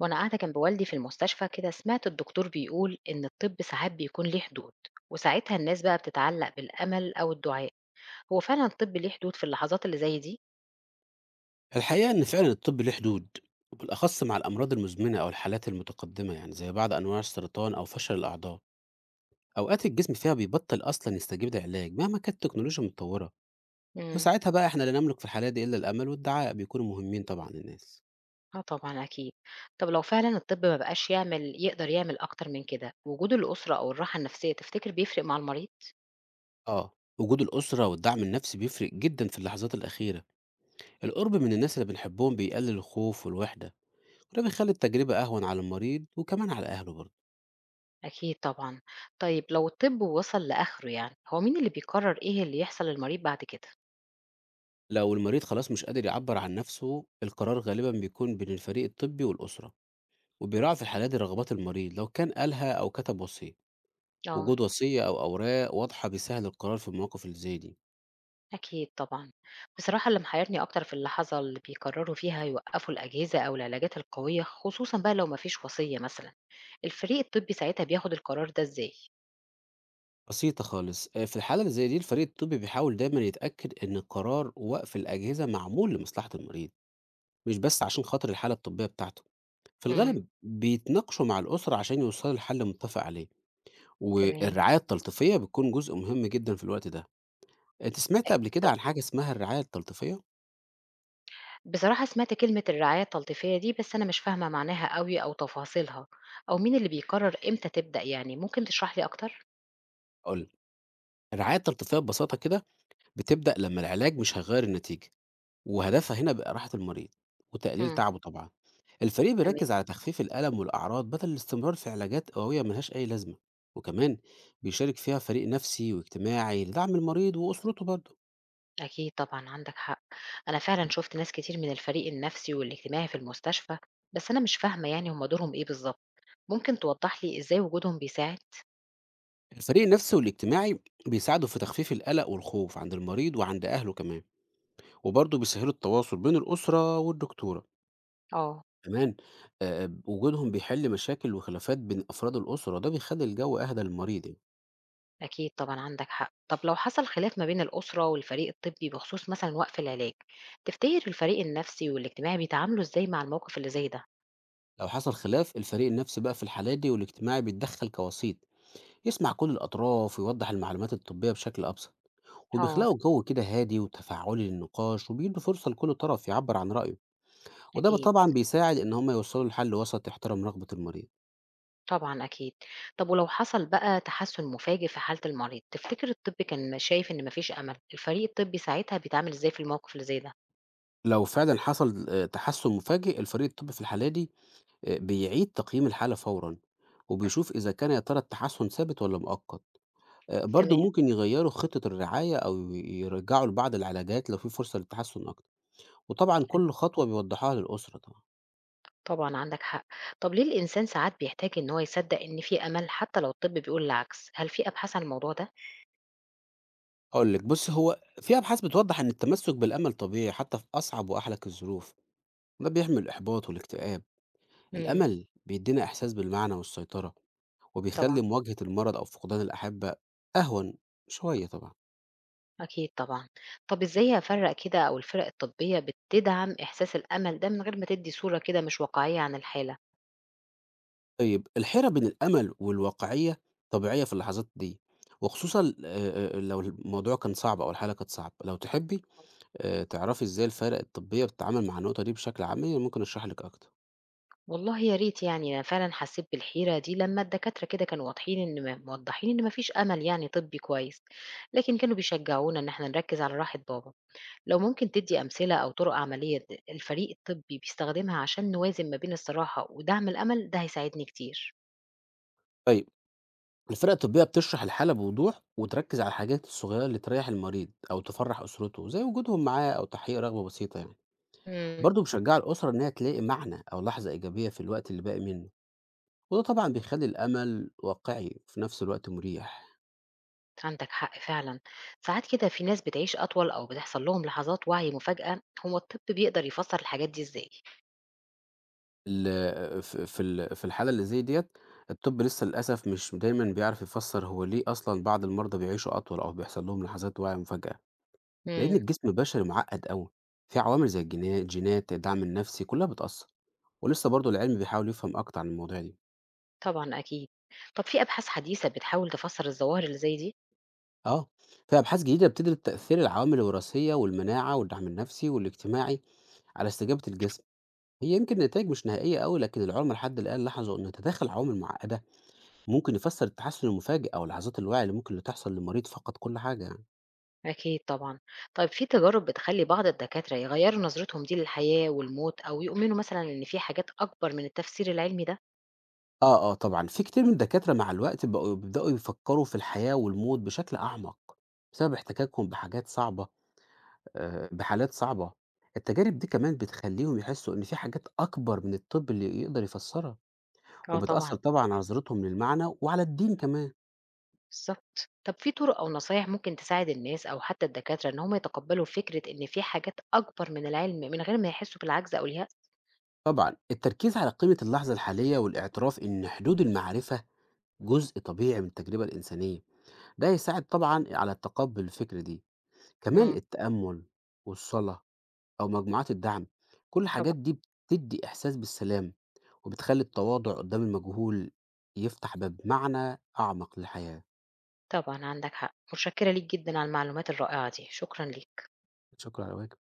وأنا قاعدة جنب والدي في المستشفى كده سمعت الدكتور بيقول إن الطب ساعات بيكون ليه حدود. وساعتها الناس بقى بتتعلق بالأمل أو الدعاء. هو فعلا الطب ليه حدود في اللحظات اللي زي دي؟ الحقيقة إن فعلًا الطب ليه حدود، وبالأخص مع الأمراض المزمنة أو الحالات المتقدمة يعني زي بعض أنواع السرطان أو فشل الأعضاء، أوقات الجسم فيها بيبطل أصلًا يستجيب لعلاج مهما كانت التكنولوجيا متطورة، امم. وساعتها بقى إحنا لا نملك في الحالات دي إلا الأمل والدعاء بيكونوا مهمين طبعًا للناس. اه، طبعا أكيد. طب لو فعلا الطب ما بقاش يعمل يقدر يعمل أكتر من كده، وجود الأسرة أو الراحة النفسية تفتكر بيفرق مع المريض؟ آه، وجود الأسرة والدعم النفسي بيفرق جدًا في اللحظات الأخيرة، القرب من الناس اللي بنحبهم بيقلل الخوف والوحدة، وده بيخلي التجربة أهون على المريض وكمان على أهله برضه. أكيد طبعا. طيب لو الطب وصل لآخره، يعني هو مين اللي بيقرر إيه اللي يحصل للمريض بعد كده؟ لو المريض خلاص مش قادر يعبر عن نفسه، القرار غالبا بيكون بين الفريق الطبي والأسرة، وبيراعي في الحالات دي رغبات المريض لو كان قالها أو كتب وصية. اه. وجود وصية أو أوراق واضحة بيسهل القرار في المواقف اللي زي دي. أكيد طبعًا. بصراحة اللي محيّرني أكتر في اللحظة اللي بيقرّروا فيها يوقّفوا الأجهزة أو العلاجات القوية، خصوصًا بقى لو ما فيش وصية مثلًا، الفريق الطبّي ساعتها بياخد القرار ده إزاي؟ بسيطة خالص، آه، في الحالة اللي زي دي الفريق الطبي بيحاول دايما يتأكد إن قرار وقف الأجهزة معمول لمصلحة المريض، مش بس عشان خاطر الحالة الطبية بتاعته. في إمم. الغالب بيتناقشوا مع الأسرة عشان يوصلوا لحل متفق عليه، تمام. والرعاية التلطيفية بتكون جزء مهم جدا في الوقت ده. أنت سمعت أكيد قبل كده عن طبعًا. حاجة اسمها الرعاية التلطيفية؟ بصراحة سمعت كلمة الرعاية التلطيفية دي، بس أنا مش فاهمة معناها أوي أو تفاصيلها أو مين اللي بيقرّر إمتى تبدأ يعني، ممكن تشرح لي أكتر؟ هاقول لك، الرعاية التلطيفية ببساطة كده بتبدأ لمّا العلاج مش هيغيّر النتيجة، وهدفها هنا بيبقى راحة المريض وتقليل إمم. تعبه طبعًا. الفريق بيركّز تمام. على تخفيف الألم والأعراض بدل الاستمرار في علاجات قوية ما لهاش أي لازمة، وكمان بيشارك فيها فريق نفسي واجتماعي لدعم المريض وأسرته برضه. أكيد طبعًا عندك حق، أنا فعلًا شُفت ناس كتير من الفريق النفسي والاجتماعي في المستشفى، بس أنا مش فاهمة يعني هُم دورهم إيه بالضبط، ممكن توضح لي إزاي وجودهم بيساعد؟ الفريق النفسي والاجتماعي بيساعدوا في تخفيف القلق والخوف عند المريض وعند أهله كمان، وبرضه بيسهّلوا التواصل بين الأسرة والدكتورة. آه. كمان وجودهم بيحل مشاكل وخلافات بين أفراد الأسرة، وده بيخلّي الجو أهدى للمريض يعني. أكيد طبعًا عندك حق. طب لو حصل خلاف ما بين الأسرة والفريق الطبي بخصوص مثلًا وقف العلاج، تفتكر الفريق النفسي والاجتماعي بيتعاملوا إزاي مع الموقف اللي زي ده؟ لو حصل خلاف، الفريق النفسي بقى في الحالات دي والاجتماعي بيتدخّل كوسيط، يسمع كل الأطراف ويوضّح المعلومات الطبية بشكل أبسط، آه. وبيخلقوا جو كده هادي وتفاعلي للنقاش، وبيدّوا فرصة لكل طرف يعبّر عن رأيه، وده أكيد، طبعًا بيساعد إن هم يوصلوا لحل وسط يحترم رغبة المريض. طبعًا أكيد. طب ولو حصل بقى تحسن مفاجئ في حالة المريض، تفتكر الطب كان شايف إن ما فيش أمل، الفريق الطبي ساعتها بيتعامل إزاي في الموقف اللي زي ده؟ لو فعلًا حصل تحسُّن مفاجئ، الفريق الطبي في الحالة دي بيعيد تقييم الحالة فورًا، وبيشوف إذا كان يا ترى التحسُّن ثابت والّا مؤقت. برضه تمام. ممكن يغيّروا خطة الرعاية أو يرجّعوا لبعض العلاجات لو في فرصة للتحسُّن أكتر، وطبعًا كل خطوة بيوضّحوها للأسرة طبعًا. طبعًا عندك حق. طب ليه الإنسان ساعات بيحتاج إن هو يصدّق إن في أمل حتى لو الطب بيقول العكس؟ هل في أبحاث عن الموضوع ده؟ هاقول لِك، بُصّي، هو في أبحاث بتوضّح إن التمسُّك بالأمل طبيعي حتى في أصعب وأحلك الظروف، ده بيحمي الإحباط والاكتئاب. إمم. الأمل بيدّينا إحساس بالمعنى والسيطرة، وبيخلّي طبعًا. مواجهة المرض أو فقدان الأحبّة أهون شوية طبعًا. أكيد طبعًا. طب إزاي أفرّق كده أو الفرق الطبية بتدعم إحساس الأمل ده من غير ما تدّي صورة كده مش واقعية عن الحالة؟ طيب، الحيرة بين الأمل والواقعية طبيعية في اللحظات دي، وخصوصًا لو الموضوع كان صعب أو الحالة كانت صعبة. لو تحبّي تعرفي إزاي الفرق الطبية بتتعامل مع النقطة دي بشكل عملي؟ ممكن أشرح لِك أكتر. والله يا ريت يعني، أنا فعلًا حسّيت بالحيرة دي لمّا الدكاترة كده كانوا واضحين إن موضّحين إن ما فيش أمل يعني طبّي كويس، لكن كانوا بيشجعونا إن إحنا نركّز على راحة بابا. لو ممكن تدّي أمثلة أو طُرق عملية الفريق الطبّي بيستخدمها عشان نوازن ما بين الصراحة ودَعْم الأمل، ده هيساعدني كتير. طيب، الفرق الطبية بتشرح الحالة بوضوح، وتركز على الحاجات الصغيرة اللي تريّح المريض أو تفرّح أسرته، زي وجودهم معاه أو تحقيق رغبة بسيطة يعني. إمم. برضه مشجّعة الأسرة إنها تلاقي معنى أو لحظة إيجابية في الوقت اللي باقي منه، وده طبعًا بيخلّي الأمل واقعي وفي نفس الوقت مريح. عندك حق فعلًا، ساعات كده في ناس بتعيش أطول أو بتحصل لهم لحظات وَعي مفاجأة، هو الطِب بيقدر يفسّر الحاجات دي إزاي؟ ال ف في ال في الحالة اللي زي ديّة، الطب لسه للأسف مش دايمًا بيعرف يفسّر هو ليه أصلًا بعض المرضى بيعيشوا أطول أو بيحصل لهم لحظات وعي مفاجأة. لأن إمم. الجسم البشري معقد أوي، في عوامل زي الجينات، الدعم النفسي، كلها بتأثر، ولسه برضه العلم بيحاول يفهم أكتر عن المواضيع دي. طبعًا أكيد. طَب في أبحاث حديثة بتحاول تفسّر الظواهر اللي زي دي؟ أه، في أبحاث جديدة بتدرس تأثير العوامل الوراثية والمناعة والدعم النفسي والاجتماعي على استجابة الجسم. هي يمكن النتائج مش نهائية أوي، لكن العلماء لحد الآن لاحظوا إن تداخل عوامل معقدة ممكن يفسر التحسن المفاجئ أو لحظات الوعي اللي ممكن تحصل لمريض فقد كل حاجة يعني. أكيد طبعًا. طيب في تجارب بتخلّي بعض الدكاترة يغيّروا نظرتهم دي للحياة والموت أو يؤمنوا مثلًا إن في حاجات أكبر من التفسير العلمي ده؟ آه، آه، طبعا في كتير من الدكاترة مع الوقت بقوا بيبدأوا يفكروا في الحياة والموت بشكل أعمق بسبب احتكاكهم بحاجات صعبة، بحالات صعبة. التجارب دي كمان بتخلّيهم يحسّوا إن في حاجات أكبر من الطب اللي يقدر يفسّرها، آه وبتأثّر طبعًا. طبعًا على نظرتهم للمعنى وعلى الدين كمان. بالضبط. طب في طُرق أو نصايح ممكن تساعد الناس أو حتى الدكاترة إن هُم يتقبّلوا فكرة إن في حاجات أكبر من العلم من غير ما يحسّوا بالعجز أو اليأس؟ طبعًا، التركيز على قيمة اللحظة الحالية والاعتراف إن حدود المعرفة جزء طبيعي من التجربة الإنسانية، ده هيساعد طبعًا على تقبُّل الفكرة دي. كمان إمم. التأمُّل والصلاة أو مجموعات الدعم، كل الحاجات دي طبعًا، بتدّي إحساس بالسلام، وبتخلّي التواضع قُدّام المجهول يفتح باب معنى أعمق للحياة. طبعًا عندك حق. متشكّرة ليك جدًا على المعلومات الرائعة دي، شكرًا ليك. شكرًا، على واجب.